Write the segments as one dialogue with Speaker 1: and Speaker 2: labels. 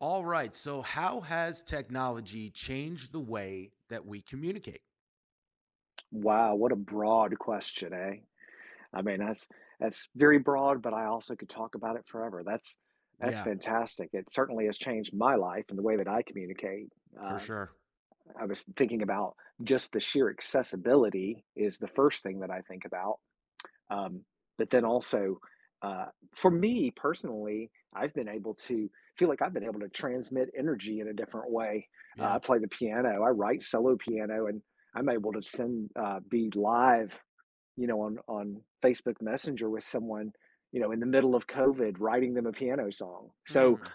Speaker 1: All right. So, how has technology changed the way that we communicate?
Speaker 2: Wow, what a broad question, eh? I mean, that's very broad, but I also could talk about it forever. That's
Speaker 1: Yeah,
Speaker 2: fantastic. It certainly has changed my life and the way that I communicate.
Speaker 1: for
Speaker 2: Uh,
Speaker 1: sure.
Speaker 2: I was thinking about just the sheer accessibility is the first thing that I think about, um, but then also, uh, for me personally, I've been able to feel like I've been able to transmit energy in a different way. I
Speaker 1: Yeah.
Speaker 2: play the piano, I write solo piano, and I'm able to send be live, you know, on Facebook Messenger with someone, you know, in the middle of COVID, writing them a piano song. So
Speaker 1: Mm.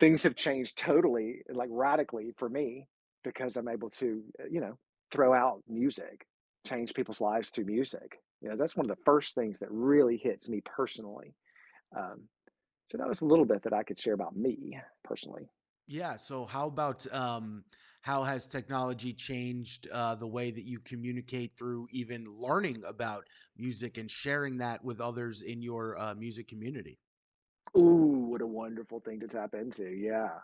Speaker 2: things have changed totally, like radically for me because I'm able to, you know, throw out music, change people's lives through music. You know, that's one of the first things that really hits me personally. Um, so that was a little bit that I could share about me personally.
Speaker 1: Yeah. So, how about how has technology changed the way that you communicate through even learning about music and sharing that with others in your music community?
Speaker 2: Ooh, what a wonderful thing to tap into. Yeah.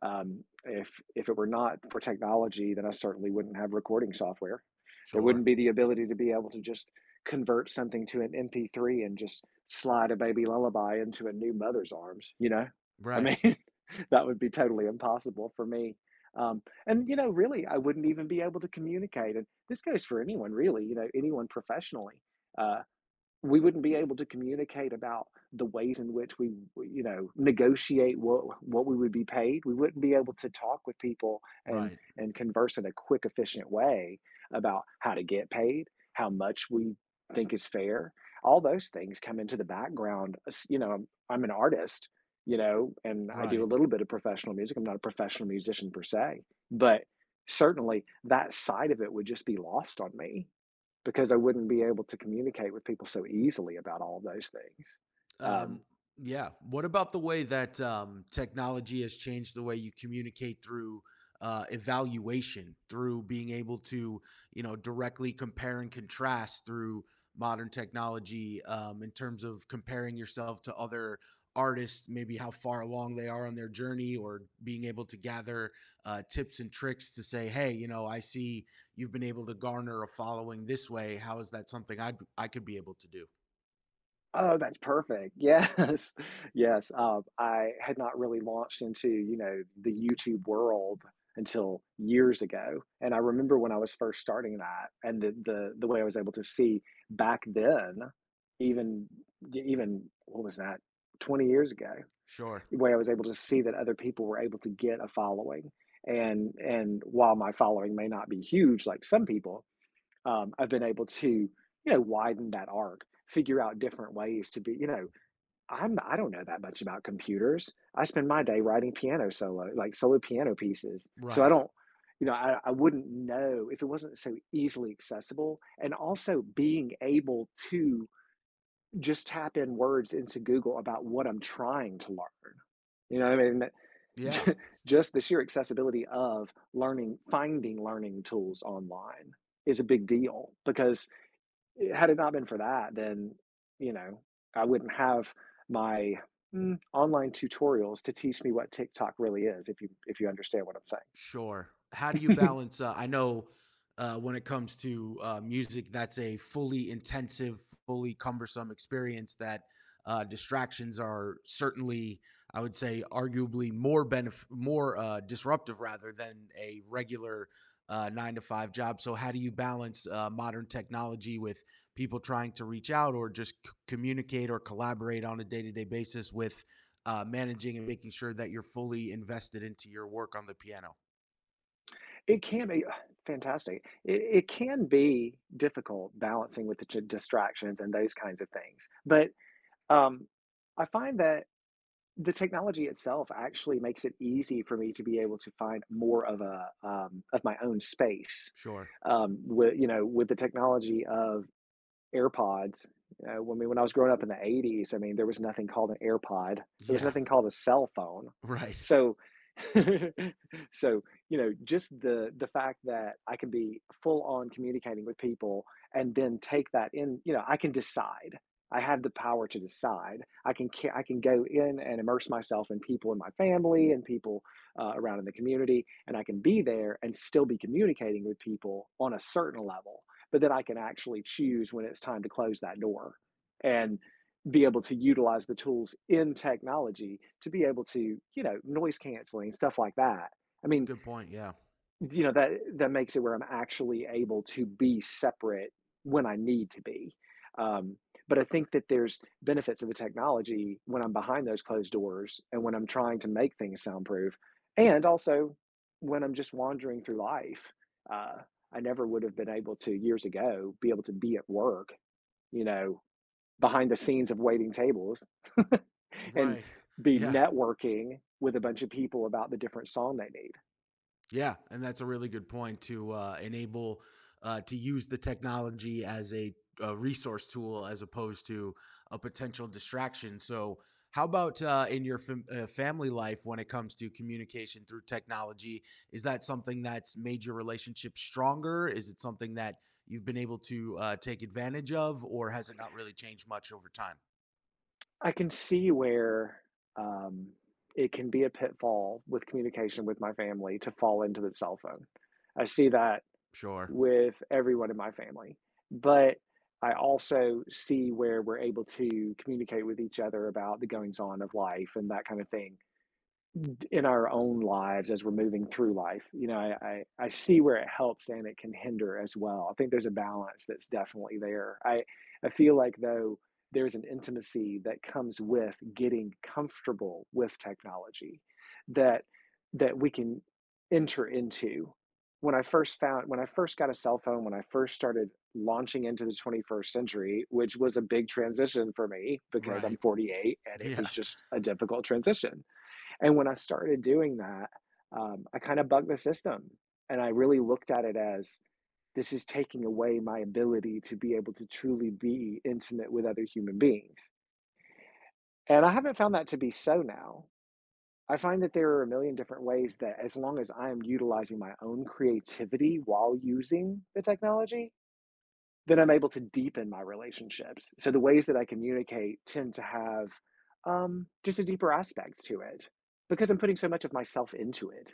Speaker 2: If it were not for technology, then I certainly wouldn't have recording software. There
Speaker 1: Sure.
Speaker 2: wouldn't be the ability to be able to just convert something to an MP3 and just slide a baby lullaby into a new mother's arms. You know, I
Speaker 1: Right.
Speaker 2: mean, that would be totally impossible for me. And you know, really, I wouldn't even be able to communicate. And this goes for anyone, really. You know, anyone professionally. Uh, we wouldn't be able to communicate about the ways in which we, you know, negotiate what we would be paid. We wouldn't be able to talk with people and
Speaker 1: Right.
Speaker 2: and converse in a quick, efficient way about how to get paid, how much we think is fair. All those things come into the background. I'm an artist, you know, and I do
Speaker 1: Right.
Speaker 2: a little bit of professional music. I'm not a professional musician per se, but certainly that side of it would just be lost on me because I wouldn't be able to communicate with people so easily about all those things. Um,
Speaker 1: Um, yeah. What about the way that technology has changed the way you communicate through evaluation, through being able to, you know, directly compare and contrast through modern technology in terms of comparing yourself to other artists, maybe how far along they are on their journey, or being able to gather tips and tricks to say, hey, you know, I see you've been able to garner a following this way. How is that something I could be able to do?
Speaker 2: oh, that's perfect. Yes, yes. I had not really launched into, you know, the YouTube world until years ago, and I remember when I was first starting that, and the way I was able to see back then, even even what was that, 20 years ago.
Speaker 1: Sure.
Speaker 2: Way I was able to see that other people were able to get a following. And while my following may not be huge like some people, I've been able to, you know, widen that arc, figure out different ways to be, you know, I don't know that much about computers. I spend my day writing piano solo, like solo piano pieces. So I
Speaker 1: Right.
Speaker 2: don't, you know, I wouldn't know if it wasn't so easily accessible. And also being able to just tap in words into Google about what I'm trying to learn. You know what I
Speaker 1: Yeah.
Speaker 2: mean? Just the sheer accessibility of learning, finding learning tools online is a big deal because had it not been for that, then, you know, I wouldn't have my online tutorials to teach me what TikTok really is, if you understand what I'm
Speaker 1: Sure. How do you
Speaker 2: saying.
Speaker 1: balance? I know when it comes to music, that's a fully intensive, fully cumbersome experience that distractions are certainly, I would say, arguably more disruptive rather than a regular nine to five job. So, how do you balance modern technology with people trying to reach out or just communicate or collaborate on a day to day basis with managing and making sure that you're fully invested into your work on the piano?
Speaker 2: It can be fantastic. It can be difficult balancing with the ch distractions and those kinds of things, but, um, I find that the technology itself actually makes it easy for me to be able to find more of a, of my own space.
Speaker 1: Sure.
Speaker 2: With, you know, with the technology of AirPods. When I was growing up in the '80s, I mean, there was nothing called an AirPod. There was
Speaker 1: Yeah.
Speaker 2: nothing called a cell phone.
Speaker 1: Right.
Speaker 2: So, so you know, just the fact that I can be full on communicating with people and then take that in. You know, I can decide. I have the power to decide. I can go in and immerse myself in people in my family and people around in the community, and I can be there and still be communicating with people on a certain level, but then I can actually choose when it's time to close that door and be able to utilize the tools in technology to be able to, you know, noise canceling, stuff like that. I mean,
Speaker 1: Good point. Yeah.
Speaker 2: you know, that that makes it where I'm actually able to be separate when I need to be. Um, but I think that there's benefits of the technology when I'm behind those closed doors and when I'm trying to make things soundproof, and also when I'm just wandering through life. Uh, I never would have been able to years ago be able to be at work, you know, behind the scenes of waiting tables and
Speaker 1: Right.
Speaker 2: be
Speaker 1: Yeah.
Speaker 2: networking with a bunch of people about the different song they need.
Speaker 1: Yeah. And that's a really good point to enable to use the technology as a resource tool as opposed to a potential distraction. So, how about in your family life when it comes to communication through technology? Is that something that's made your relationship stronger? Is it something that you've been able to take advantage of, or has it not really changed much over time?
Speaker 2: I can see where, um, it can be a pitfall with communication with my family to fall into the cell phone. I see that
Speaker 1: Sure.
Speaker 2: with everyone in my family, but I also see where we're able to communicate with each other about the goings on of life and that kind of thing in our own lives as we're moving through life. You know, I see where it helps and it can hinder as well. I think there's a balance that's definitely there. I feel like though there's an intimacy that comes with getting comfortable with technology that that we can enter into. When I first got a cell phone, when I first started launching into the 21st century, which was a big transition for me because I'm
Speaker 1: Right.
Speaker 2: 48 and it was
Speaker 1: Yeah.
Speaker 2: just a difficult transition, and when I started doing that, I kind of bugged the system. And I really looked at it as this is taking away my ability to be able to truly be intimate with other human beings. And I haven't found that to be so now. I find that there are a million different ways that, as long as I am utilizing my own creativity while using the technology, then I'm able to deepen my relationships. So the ways that I communicate tend to have just a deeper aspect to it because I'm putting so much of myself into it.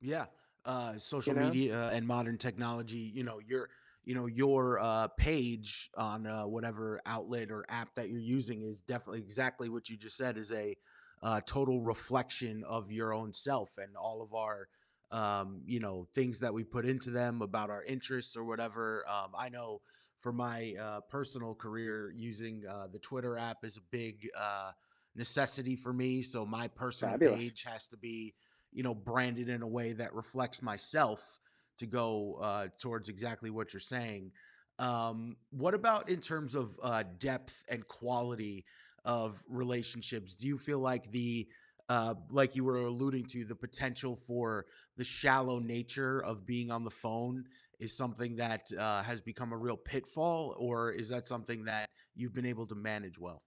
Speaker 1: Yeah,
Speaker 2: You
Speaker 1: social
Speaker 2: know?
Speaker 1: media and modern technology, you know, your page on, whatever outlet or app that you're using is definitely exactly what you just said is a total reflection of your own self and all of our, you know, things that we put into them about our interests or whatever. I know for my, personal career, using, the Twitter app is a big, necessity for me. So my personal
Speaker 2: Fabulous.
Speaker 1: page has to be, you know, branded in a way that reflects myself to go towards exactly what you're saying. What about in terms of depth and quality of relationships? Do you feel like the like you were alluding to, the potential for the shallow nature of being on the phone is something that has become a real pitfall, or is that something that you've been able to manage well?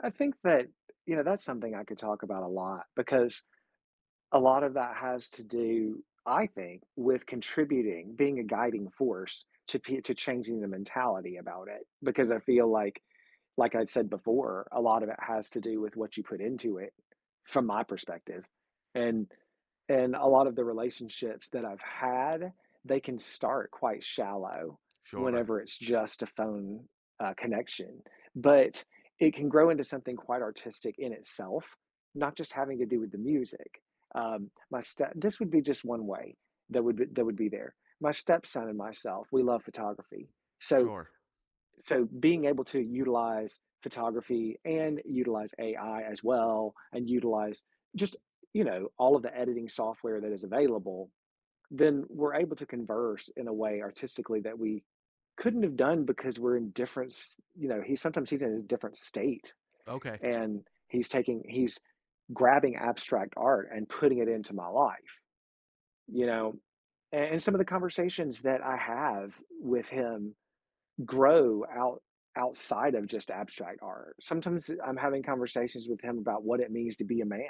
Speaker 2: I think that, you know, that's something I could talk about a lot because a lot of that has to do, I think, with contributing, being a guiding force to pe to changing the mentality about it because I feel like I said before, a lot of it has to do with what you put into it from my perspective. And and a lot of the relationships that I've had, they can start quite shallow
Speaker 1: Sure,
Speaker 2: whenever it's just a phone connection, but it can grow into something quite artistic in itself, not just having to do with the music. This would be just one way that would be there. My stepson and myself, we love photography, so
Speaker 1: sure,
Speaker 2: being able to utilize photography and utilize AI as well, and utilize just, you know, all of the editing software that is available, then we're able to converse in a way artistically that we couldn't have done because we're in different, you know, he's in a different state
Speaker 1: okay,
Speaker 2: and he's grabbing abstract art and putting it into my life, you know, and some of the conversations that I have with him grow out outside of just abstract art. Sometimes I'm having conversations with him about what it means to be a man.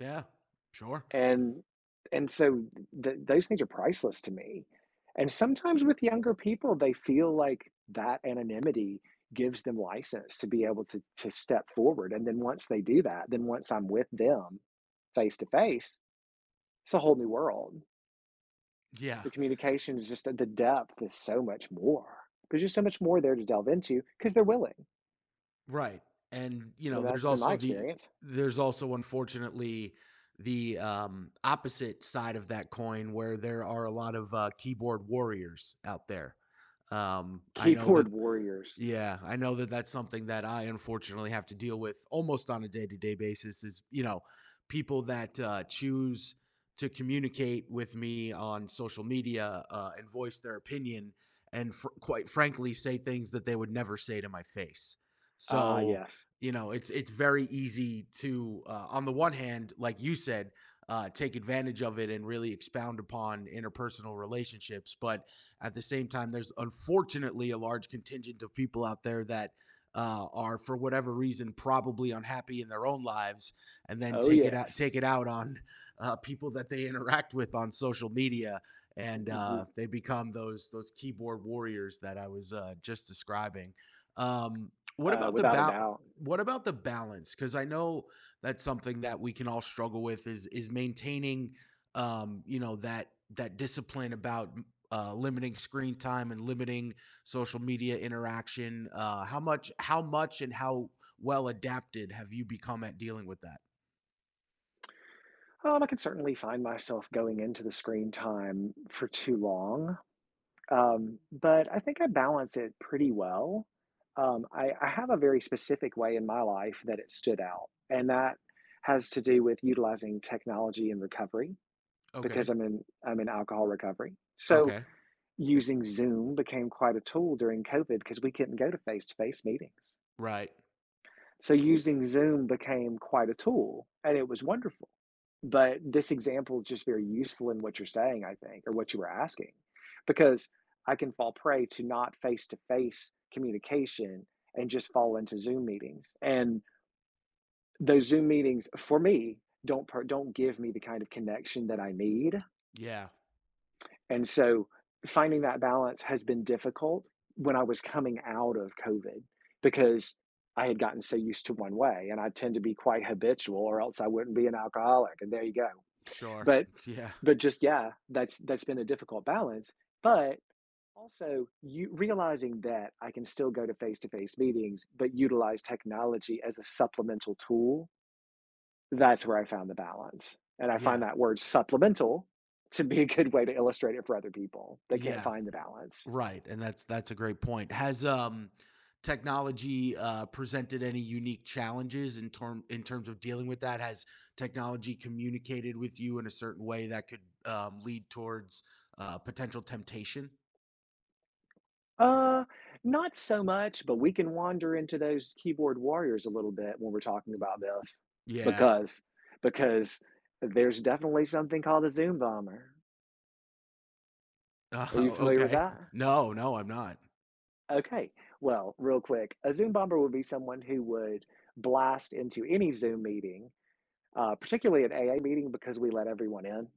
Speaker 1: yeah, sure,
Speaker 2: And and so th- those things are priceless to me. And sometimes with younger people, they feel like that anonymity gives them license to be able to step forward. And then once they do that, then once I'm with them face to face, it's a whole new world.
Speaker 1: yeah.
Speaker 2: The communication is just the depth is so much more. There's just so much more there to delve into because they're willing.
Speaker 1: Right, and, you
Speaker 2: I mean,
Speaker 1: know, there's
Speaker 2: that's been my
Speaker 1: also the
Speaker 2: experience.
Speaker 1: there's also, unfortunately, the, opposite side of that coin where there are a lot of, keyboard warriors out there. I know that
Speaker 2: Keyboard warriors.
Speaker 1: yeah, I know that that's something that I unfortunately have to deal with almost on a day-to-day basis is, you know, people that choose to communicate with me on social media and voice their opinion and quite frankly say things that they would never say to my face.
Speaker 2: Ah,
Speaker 1: So,
Speaker 2: yes.
Speaker 1: you know, it's very easy to on the one hand, like you said, take advantage of it and really expound upon interpersonal relationships, but at the same time, there's unfortunately a large contingent of people out there that are for whatever reason probably unhappy in their own lives and then
Speaker 2: Oh, yes.
Speaker 1: take it out on people that they interact with on social media and
Speaker 2: W-
Speaker 1: they become those keyboard warriors that I was just describing. Um, what about the
Speaker 2: Without a
Speaker 1: ba-
Speaker 2: doubt.
Speaker 1: what about the balance? Because I know that's something that we can all struggle with is maintaining you know that that discipline about limiting screen time and limiting social media interaction. How much, and how well adapted have you become at dealing with that?
Speaker 2: I can certainly find myself going into the screen time for too long, but I think I balance it pretty well. I have a very specific way in my life that it stood out, and that has to do with utilizing technology in recovery because
Speaker 1: Okay.
Speaker 2: I'm in alcohol recovery. So
Speaker 1: Okay.
Speaker 2: using Zoom became quite a tool during COVID because we couldn't go to face meetings.
Speaker 1: Right.
Speaker 2: So using Zoom became quite a tool and it was wonderful. But this example is just very useful in what you're saying, I think, or what you were asking, because I can fall prey to not face to face communication and just fall into Zoom meetings. And those Zoom meetings for me don't give me the kind of connection that I need.
Speaker 1: Yeah.
Speaker 2: And so finding that balance has been difficult when I was coming out of COVID because I had gotten so used to one way and I tend to be quite habitual or else I wouldn't be an alcoholic and there you go.
Speaker 1: Sure.
Speaker 2: But
Speaker 1: Yeah.
Speaker 2: but just yeah, that's been a difficult balance, but also you realizing that I can still go to face-to-face meetings but utilize technology as a supplemental tool, that's where I found the balance, and I find
Speaker 1: Yeah.
Speaker 2: that word "supplemental" to be a good way to illustrate it for other people that can't
Speaker 1: Yeah.
Speaker 2: find the balance.
Speaker 1: Right, and that's a great point. Has technology presented any unique challenges in terms of dealing with that? Has technology communicated with you in a certain way that could lead towards potential temptation?
Speaker 2: "Uh, Not so much, but we can wander into those keyboard warriors a little bit when we're talking about this,
Speaker 1: Yeah.
Speaker 2: because because there's definitely something called a Zoom bomber." Are you
Speaker 1: Oh,
Speaker 2: familiar with
Speaker 1: okay.
Speaker 2: that?
Speaker 1: No, no, I'm not.
Speaker 2: Okay. Well, real quick, a Zoom bomber would be someone who would blast into any Zoom meeting, particularly an AA meeting because we let everyone in.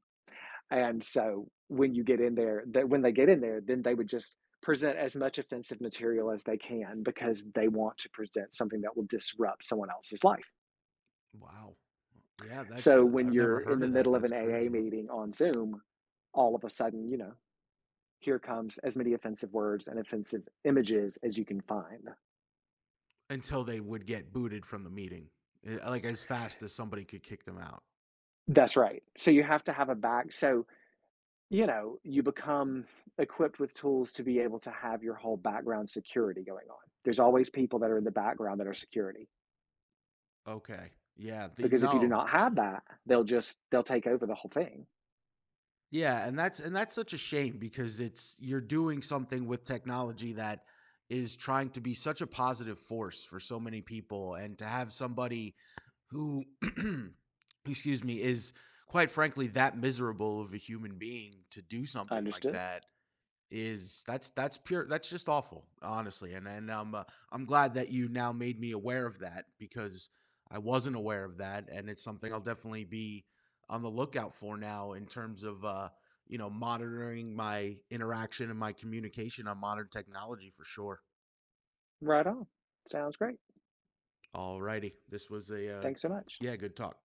Speaker 2: And so when they get in there, then they would just present as much offensive material as they can because they want to present something that will disrupt someone else's life.
Speaker 1: Wow. Yeah,
Speaker 2: So
Speaker 1: that's
Speaker 2: when
Speaker 1: I've never
Speaker 2: you're in
Speaker 1: heard
Speaker 2: the
Speaker 1: of that.
Speaker 2: middle of
Speaker 1: That's
Speaker 2: an AA
Speaker 1: crazy.
Speaker 2: meeting on Zoom, all of a sudden, you know, here comes as many offensive words and offensive images as you can find.
Speaker 1: Until they would get booted from the meeting, eh, like as fast as somebody could kick them out.
Speaker 2: That's right. So you have to have a back. So, you know, you become equipped with tools to be able to have your whole background security going on. There's always people that are in the background that are security.
Speaker 1: Okay. Yeah. The
Speaker 2: Because if you do
Speaker 1: no.
Speaker 2: not have that, they'll take over the whole thing.
Speaker 1: Yeah, and that's such a shame because it's you're doing something with technology that is trying to be such a positive force for so many people, and to have somebody who excuse me, is quite frankly that miserable of a human being to do something like
Speaker 2: Understood.
Speaker 1: that is that's pure that's just awful honestly and I'm glad that you now made me aware of that because I wasn't aware of that and it's something I'll definitely be on the lookout for now in terms of you know monitoring my interaction and my communication on modern technology for sure.
Speaker 2: Right on. Sounds great.
Speaker 1: Alrighty, this was a
Speaker 2: Thanks so much.
Speaker 1: yeah good talk.